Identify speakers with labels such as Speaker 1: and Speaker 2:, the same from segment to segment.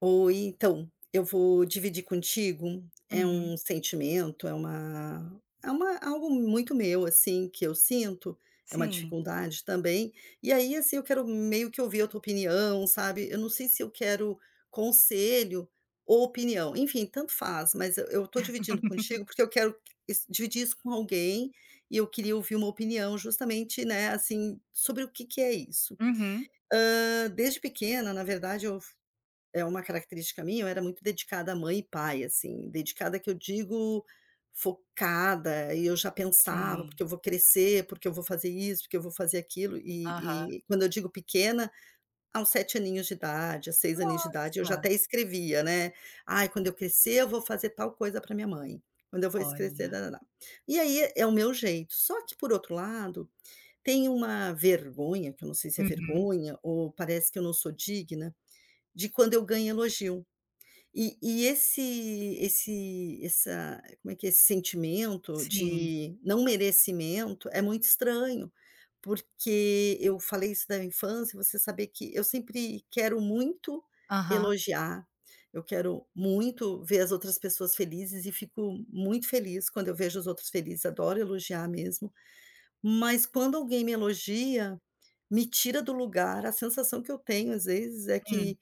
Speaker 1: Ou então, eu vou dividir contigo. É
Speaker 2: Uhum.
Speaker 1: um sentimento, é uma algo muito meu, assim, que eu sinto, é uma
Speaker 2: Sim.
Speaker 1: dificuldade também. E aí, assim, eu quero meio que ouvir a tua opinião, sabe. Eu não sei se eu quero conselho ou opinião, enfim, tanto faz, mas eu tô dividindo contigo, porque eu quero is dividir isso com alguém, e eu queria ouvir uma opinião justamente, né, assim, sobre o que que é isso.
Speaker 2: Uhum.
Speaker 1: Desde pequena, na verdade, eu é uma característica minha. Eu era muito dedicada a mãe e pai, assim, dedicada que eu digo focada, e eu já pensava:
Speaker 2: Sim.
Speaker 1: "Porque eu vou crescer, porque eu vou fazer isso, porque eu vou fazer aquilo".
Speaker 2: Aham.
Speaker 1: E quando eu digo pequena, aos 7 aninhos de idade, aos 6 aninhos de idade, eu já
Speaker 2: Nossa!
Speaker 1: até escrevia, né: "Ai, quando eu crescer eu vou fazer tal coisa para minha mãe, quando eu vou crescer
Speaker 2: Olha.
Speaker 1: nã nã E aí é o meu jeito, só que por outro lado, tem uma vergonha, que eu não sei se é
Speaker 2: Uhum.
Speaker 1: vergonha ou parece que eu não sou digna, de quando eu ganho elogio. E esse esse essa como é que é, esse sentimento
Speaker 2: Sim.
Speaker 1: de não merecimento é muito estranho, porque eu falei isso da infância. Você saber que eu sempre quero muito
Speaker 2: Aham.
Speaker 1: elogiar. Eu quero muito ver as outras pessoas felizes e fico muito feliz quando eu vejo os outros felizes, adoro elogiar mesmo. Mas quando alguém me elogia, me tira do lugar. A sensação que eu tenho às vezes é
Speaker 2: Hum.
Speaker 1: que,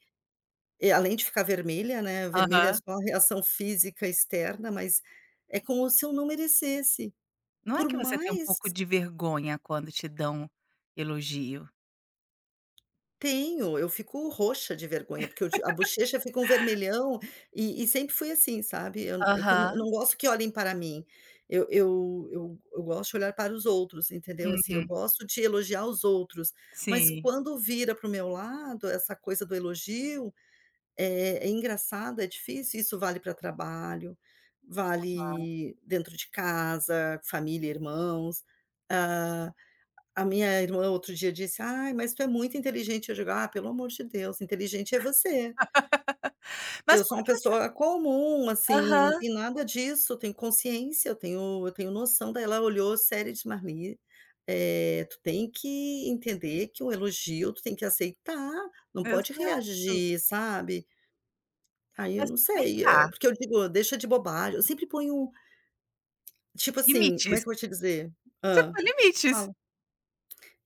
Speaker 1: e além de ficar vermelha, né, vermelha é
Speaker 2: Aham.
Speaker 1: só a reação física externa, mas é como se eu não merecesse.
Speaker 2: Não é
Speaker 1: Por
Speaker 2: que você tem um
Speaker 1: mais
Speaker 2: pouco de vergonha quando te dão elogio.
Speaker 1: tenho, eu fico roxa de vergonha, porque eu ti a bochecha fica um vermelhão. E sempre fui assim, sabe. Eu Quando
Speaker 2: Aham.
Speaker 1: eu não gosto que olhem para mim, eu gosto de olhar para os outros, entendeu, assim. Eu
Speaker 2: Uhum.
Speaker 1: gosto de elogiar os outros, mas
Speaker 2: Sim.
Speaker 1: quando vira para o meu lado essa coisa do elogio, é engraçado, é difícil. Isso vale para trabalho,
Speaker 2: Aham.
Speaker 1: vale dentro de casa, família, irmãos. Ah, a minha irmã outro dia disse: "Ai, mas tu é muito inteligente", eu digo: "Ah, pelo amor de Deus, inteligente é você.
Speaker 2: Mas
Speaker 1: Eu
Speaker 2: por
Speaker 1: sou uma
Speaker 2: que você
Speaker 1: pessoa comum, assim, não
Speaker 2: aham,
Speaker 1: tem nada disso. Eu tenho consciência, eu tenho noção". Daí ela olhou séria e disse: "Marli, tu tem que entender que um elogio tu tem que aceitar, não pode
Speaker 2: exato.
Speaker 1: reagir, sabe". Aí eu
Speaker 2: Mas
Speaker 1: não
Speaker 2: vem
Speaker 1: sei,
Speaker 2: cá,
Speaker 1: porque eu digo: "Deixa de bobagem". Eu sempre ponho, tipo assim, como é
Speaker 2: limites.
Speaker 1: que eu vou te dizer?
Speaker 2: Você
Speaker 1: Hã,
Speaker 2: põe limites.
Speaker 1: Fala.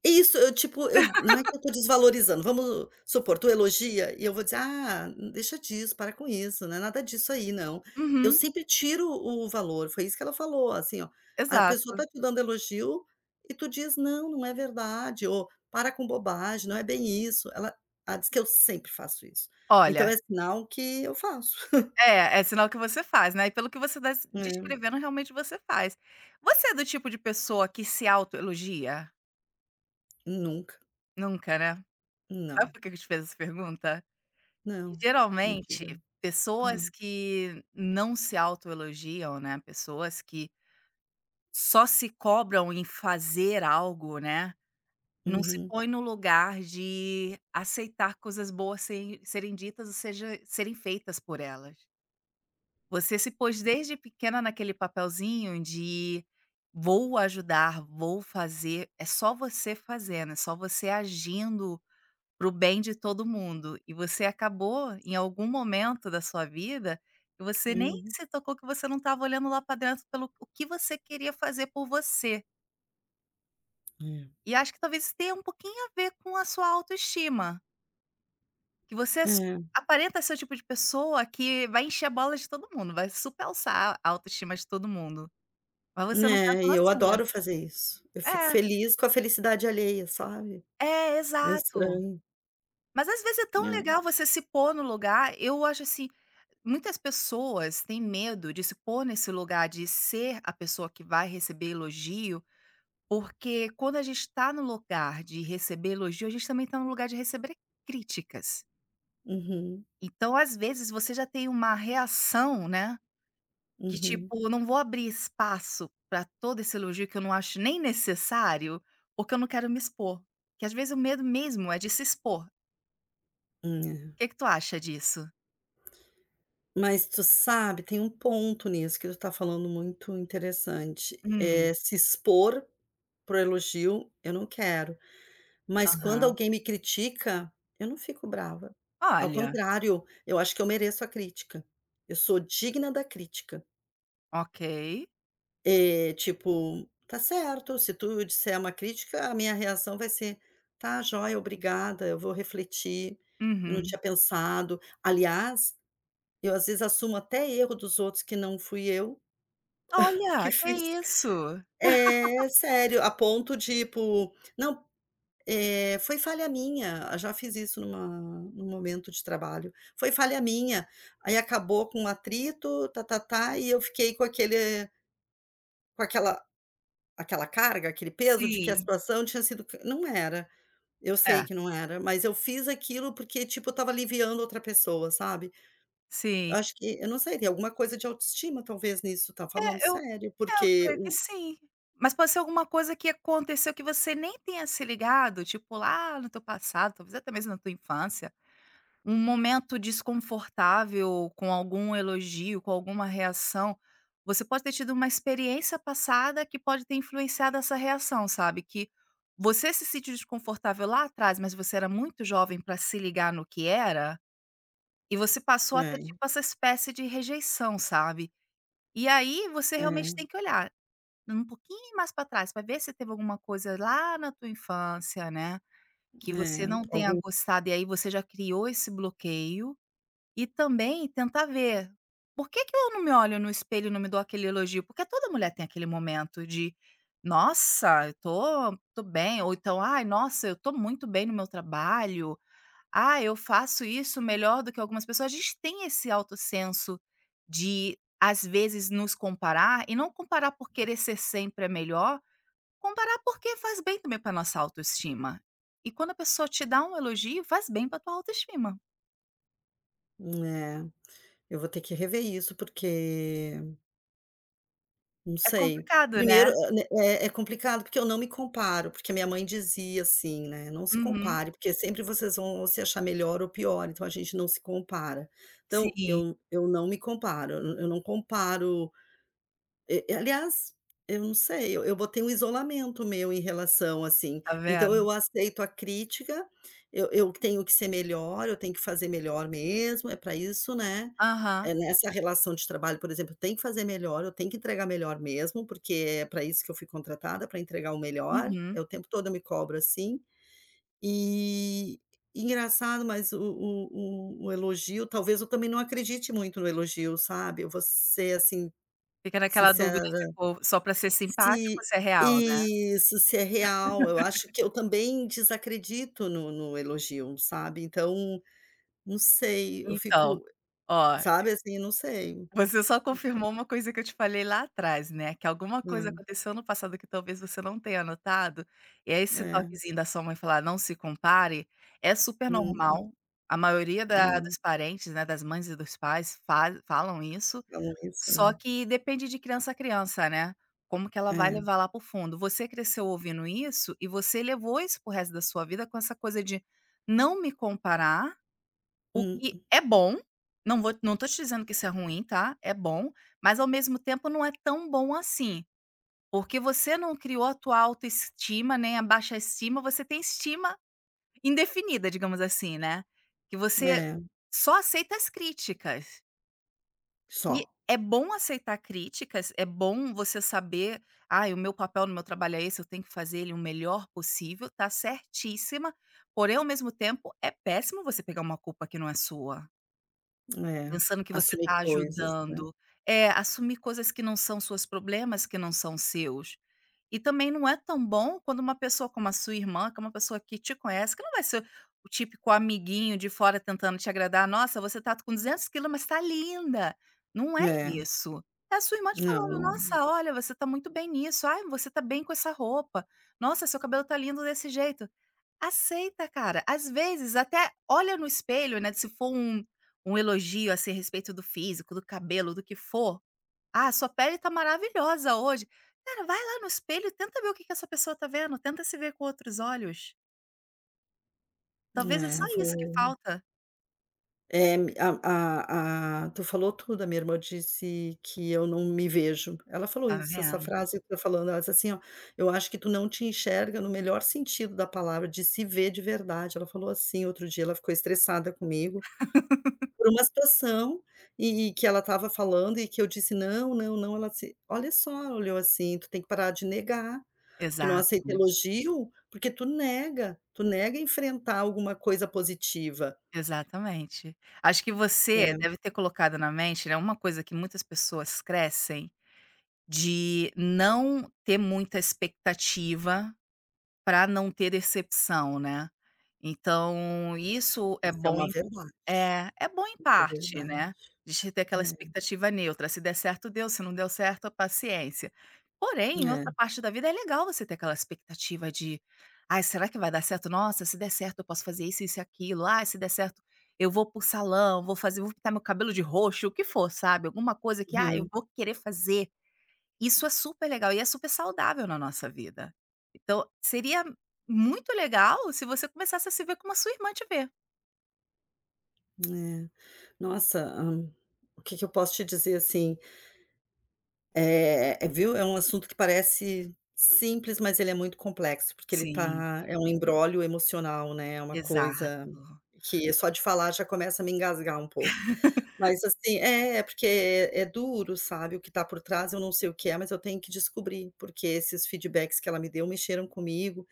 Speaker 1: Isso. Eu tipo, eu não é que eu tô desvalorizando, vamos supor, tu elogia e eu vou dizer: "Ah, deixa disso, para com isso, não é nada disso aí não". Eu
Speaker 2: Uhum.
Speaker 1: sempre tiro o valor, foi isso que ela falou, assim, ó: a pessoa
Speaker 2: Exato.
Speaker 1: tá te dando elogio e tu diz: "Não, não é verdade", ou "Para com bobagem, não é bem isso". Ela diz que eu sempre faço isso, então
Speaker 2: Olha.
Speaker 1: é sinal que eu faço.
Speaker 2: É, é sinal que você faz, né, e pelo que você tá s
Speaker 1: É,
Speaker 2: descrevendo, realmente você faz. Você é do tipo de pessoa que se autoelogia?
Speaker 1: nunca.
Speaker 2: Nunca, né? Sabe
Speaker 1: Não,
Speaker 2: por que que eu te fiz essa pergunta?
Speaker 1: não, me
Speaker 2: Geralmente,
Speaker 1: diga.
Speaker 2: pessoas
Speaker 1: Hã.
Speaker 2: que não se autoelogiam, né, pessoas que só se cobram em fazer algo, né, não se
Speaker 1: Uhum,
Speaker 2: põe no lugar de aceitar coisas boas serem ditas, ou seja, serem feitas por elas. Você se pôs desde pequena naquele papelzinho de vou ajudar, vou fazer, é só você fazendo, é só você agindo pro bem de todo mundo. E você acabou, em algum momento da sua vida, que você nem
Speaker 1: uhum.
Speaker 2: se tocou que você não estava olhando lá para dentro pelo o que você queria fazer por você.
Speaker 1: É.
Speaker 2: E acho que talvez isso tenha um pouquinho a ver com a sua autoestima, que você aparenta ser o tipo de pessoa que vai encher a bola de todo mundo, vai super alçar a autoestima de todo mundo. Mas
Speaker 1: É,
Speaker 2: você não
Speaker 1: é,
Speaker 2: pensa
Speaker 1: e
Speaker 2: na
Speaker 1: eu
Speaker 2: sua.
Speaker 1: adoro fazer isso. Eu fico
Speaker 2: É,
Speaker 1: feliz com a felicidade alheia, sabe.
Speaker 2: é,
Speaker 1: É
Speaker 2: exato.
Speaker 1: estranho,
Speaker 2: Mas às vezes é tão
Speaker 1: né.
Speaker 2: legal você se pôr no lugar, eu acho assim, muitas pessoas têm medo de se pôr nesse lugar de ser a pessoa que vai receber elogio, porque quando a gente está no lugar de receber elogio, a gente também está no lugar de receber críticas.
Speaker 1: Uhum,
Speaker 2: Então, às vezes, você já tem uma reação, né? Que tipo,
Speaker 1: uhum.
Speaker 2: eu não vou abrir espaço para todo esse elogio que eu não acho nem necessário, ou que eu não quero me expor. Que às vezes o medo mesmo é de se expor.
Speaker 1: É.
Speaker 2: O que que tu acha disso?
Speaker 1: Mas tu sabe, tem um ponto nisso que tu tá falando muito interessante.
Speaker 2: Hum,
Speaker 1: É se expor pro elogio, eu não quero. Mas quando
Speaker 2: aham.
Speaker 1: alguém me critica, eu não fico brava. Ao
Speaker 2: Olha,
Speaker 1: contrário, eu acho que eu mereço a crítica. Eu sou digna da crítica.
Speaker 2: ok.
Speaker 1: Tipo, tá certo, se tu disser uma crítica, a minha reação vai ser: "Tá, joia, obrigada, eu vou refletir, eu não
Speaker 2: Uhum.
Speaker 1: tinha pensado". Aliás, eu às vezes assumo até erro dos outros que não fui eu
Speaker 2: Olha,
Speaker 1: que
Speaker 2: que
Speaker 1: fiz.
Speaker 2: isso?
Speaker 1: É, sério, a ponto de tipo: "Não, foi falha minha". Já fiz isso num momento de trabalho. Foi falha minha, aí acabou com um atrito, tá-tá-tá, e eu fiquei com aquele com aquela aquela carga, aquele peso de que a
Speaker 2: Sim,
Speaker 1: situação tinha sido, não era. Eu sei
Speaker 2: é,
Speaker 1: que não era, mas eu fiz aquilo porque, tipo, eu estava aliviando outra pessoa, sabe. Eu
Speaker 2: sim.
Speaker 1: acho que, eu não sei, tem alguma coisa de autoestima talvez nisso, tá, falando
Speaker 2: É, eu
Speaker 1: sério,
Speaker 2: é, eu
Speaker 1: porque
Speaker 2: creio que
Speaker 1: o,
Speaker 2: sim. Mas pode ser alguma coisa que aconteceu que você nem tenha se ligado, tipo lá no teu passado, talvez até mesmo na tua infância. Um momento desconfortável com algum elogio, com alguma reação, você pode ter tido uma experiência passada que pode ter influenciado essa reação, sabe, que você se sentiu desconfortável lá atrás, mas você era muito jovem para se ligar no que era, e você passou a ter,
Speaker 1: é,
Speaker 2: tipo, essa espécie de rejeição, sabe. E aí você
Speaker 1: é,
Speaker 2: realmente tem que olhar um pouquinho mais para trás, para ver se teve alguma coisa lá na tua infância, né, que você
Speaker 1: é,
Speaker 2: não tenha
Speaker 1: algum
Speaker 2: gostado e aí você já criou esse bloqueio e também tentar ver, por que que eu não me olho no espelho e não me dou aquele elogio? Porque toda mulher tem aquele momento de: "Nossa, eu tô bem", ou então: "Ai, nossa, eu tô muito bem no meu trabalho. Ah, eu faço isso melhor do que algumas pessoas". A gente tem esse alto senso de, às vezes, nos comparar e não comparar por querer ser sempre a melhor, comparar porque faz bem também pra nossa autoestima. E quando a pessoa te dá um elogio, faz bem pra tua autoestima.
Speaker 1: é, eu vou ter que rever isso, porque. Não
Speaker 2: É
Speaker 1: sei.
Speaker 2: complicado, né?
Speaker 1: Primeiro, né, é complicado, porque eu não me comparo, porque a minha mãe dizia assim, né: "Não se
Speaker 2: Uhum.
Speaker 1: compare, porque sempre vocês vão se achar melhor ou pior, então a gente não se compara". Então
Speaker 2: Sim,
Speaker 1: eu não me comparo, eu não comparo, e aliás, eu não sei, eu botei um isolamento meu em relação, assim,
Speaker 2: tá
Speaker 1: então
Speaker 2: vendo?
Speaker 1: eu aceito a crítica. Eu tenho que ser melhor, eu tenho que fazer melhor mesmo, é para isso, né,
Speaker 2: Aham,
Speaker 1: é nessa relação de trabalho, por exemplo. Eu tenho que fazer melhor, eu tenho que entregar melhor mesmo, porque é para isso que eu fui contratada, para entregar o melhor.
Speaker 2: uhum.
Speaker 1: É o tempo todo, eu me cobro assim. E engraçado, mas o elogio, talvez eu também não acredite muito no elogio, sabe. Eu vou ser, assim,
Speaker 2: Fica naquela
Speaker 1: sincera,
Speaker 2: dúvida se for só pra ser simpático ou
Speaker 1: se
Speaker 2: se é real, né.
Speaker 1: isso, se é real. Eu acho que eu também desacredito no elogio, sabe. Então, não sei, eu
Speaker 2: Então,
Speaker 1: fico,
Speaker 2: ó,
Speaker 1: sabe, assim, não sei, não
Speaker 2: você só
Speaker 1: sei.
Speaker 2: confirmou uma coisa que eu te falei lá atrás, né, que alguma coisa
Speaker 1: Hum,
Speaker 2: aconteceu no passado que talvez você não tenha notado, e aí esse
Speaker 1: é.
Speaker 2: toquezinho da sua mãe falar: "Não se compare", é super
Speaker 1: Hum,
Speaker 2: normal, a maioria da
Speaker 1: hum,
Speaker 2: dos parentes, né, das mães e dos pais fa falam isso.
Speaker 1: então isso,
Speaker 2: Só
Speaker 1: né.
Speaker 2: que depende de criança a criança, né, como que ela vai
Speaker 1: É.
Speaker 2: levar lá para o fundo. Você cresceu ouvindo isso e você levou isso para resto da sua vida com essa coisa de não me comparar, o que
Speaker 1: Hum,
Speaker 2: é bom, não estou te dizendo que isso é ruim, tá, é bom, mas ao mesmo tempo não é tão bom assim, porque você não criou a tua autoestima, nem a baixa estima, você tem estima indefinida, digamos assim, né, que você
Speaker 1: é.
Speaker 2: só aceita as críticas. E
Speaker 1: Só.
Speaker 2: é bom aceitar críticas, é bom você saber: "Ah, o meu papel no meu trabalho é esse, eu tenho que fazer ele o melhor possível", tá certíssima, porém, ao mesmo tempo, é péssimo você pegar uma culpa que não é sua,
Speaker 1: É.
Speaker 2: pensando que você
Speaker 1: Assumir
Speaker 2: tá
Speaker 1: coisas, né.
Speaker 2: ajudando. É, assumir coisas que não são suas, problemas que não são seus. E também não é tão bom quando uma pessoa como a sua irmã, que é uma pessoa que te conhece, que não vai ser o típico amiguinho de fora tentando te agradar. "Nossa, você tá com 200 quilos, mas tá linda". Não é
Speaker 1: É.
Speaker 2: isso. É a sua irmã te falando:
Speaker 1: Não,
Speaker 2: "Nossa, olha, você tá muito bem nisso. Ai, você tá bem com essa roupa. Nossa, seu cabelo tá lindo desse jeito". Aceita, cara. Às vezes até olha no espelho, né, se for um um elogio, assim, a respeito do físico, do cabelo, do que for, "Ah, sua pele tá maravilhosa hoje". Cara, vai lá no espelho e tenta ver o que que essa pessoa tá vendo, tenta se ver com outros olhos. Talvez é só
Speaker 1: é.
Speaker 2: isso que
Speaker 1: Vou
Speaker 2: falta.
Speaker 1: É, a tu falou tudo. A minha irmã disse que eu não me vejo. Ela falou
Speaker 2: Tá
Speaker 1: isso, essa
Speaker 2: vendo?
Speaker 1: frase que tu tá falando. Ela disse assim, ó: "Eu acho que tu não te enxerga no melhor sentido da palavra, de se ver de verdade". Ela falou assim outro dia. Ela ficou estressada comigo por uma situação e que ela estava falando e que eu disse: "Não, não, não". Ela disse: "Olha só", ela olhou assim: "Tu tem que parar de negar, tu não aceita
Speaker 2: Exato,
Speaker 1: elogio, porque tu nega enfrentar alguma coisa positiva".
Speaker 2: exatamente. Acho que você
Speaker 1: É,
Speaker 2: deve ter colocado na mente, né, uma coisa que muitas pessoas crescem, de não ter muita expectativa para não ter decepção, né. Então isso é
Speaker 1: isso é
Speaker 2: bom.
Speaker 1: uma verdade.
Speaker 2: É, é bom em
Speaker 1: Isso é
Speaker 2: parte,
Speaker 1: verdade.
Speaker 2: né, de te ter aquela
Speaker 1: É,
Speaker 2: expectativa neutra, se der certo deu, se não deu certo paciência. Porém, em
Speaker 1: é,
Speaker 2: outra parte da vida é legal você ter aquela expectativa de: "Ai, será que vai dar certo? Nossa, se der certo eu posso fazer isso, isso e aquilo. Ah, se der certo eu vou para o salão, vou pintar meu cabelo de roxo", o que for, sabe, alguma coisa que: "Ah, eu
Speaker 1: aham,
Speaker 2: vou querer fazer". Isso é super legal e é super saudável na nossa vida. Então, seria muito legal se você começasse a se ver como a sua irmã te vê.
Speaker 1: é. Nossa, o que que eu posso te dizer, assim, viu, é um assunto que parece simples, mas ele é muito complexo, porque ele
Speaker 2: Sim.
Speaker 1: tá, é um imbróglio emocional, né, é uma coisa
Speaker 2: Exato.
Speaker 1: que é só de falar já começa a me engasgar um pouco. Mas assim é, é porque é duro, sabe. O que tá por trás, eu não sei o que é, mas eu tenho que descobrir, porque esses feedbacks que ela me deu mexeram comigo.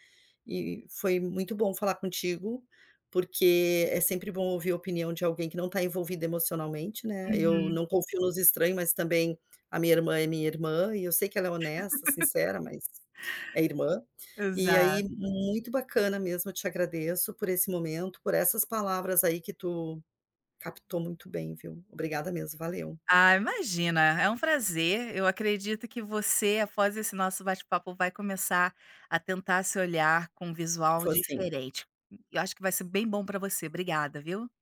Speaker 1: E foi muito bom falar contigo, porque é sempre bom ouvir a opinião de alguém que não está envolvido emocionalmente, né. Eu
Speaker 2: Uhum,
Speaker 1: não confio nos estranhos, mas também a minha irmã é minha irmã e eu sei que ela é honesta, sincera, mas é irmã. E aí,
Speaker 2: exato.
Speaker 1: muito bacana mesmo, eu te agradeço por esse momento, por essas palavras aí que tu captou muito bem, viu. Obrigada mesmo, valeu.
Speaker 2: Ah, imagina, é um prazer. Eu acredito que você, após esse nosso bate-papo, vai começar a tentar se olhar com um visual
Speaker 1: Foi assim
Speaker 2: diferente. Eu acho que vai ser bem bom para você. Obrigada, viu.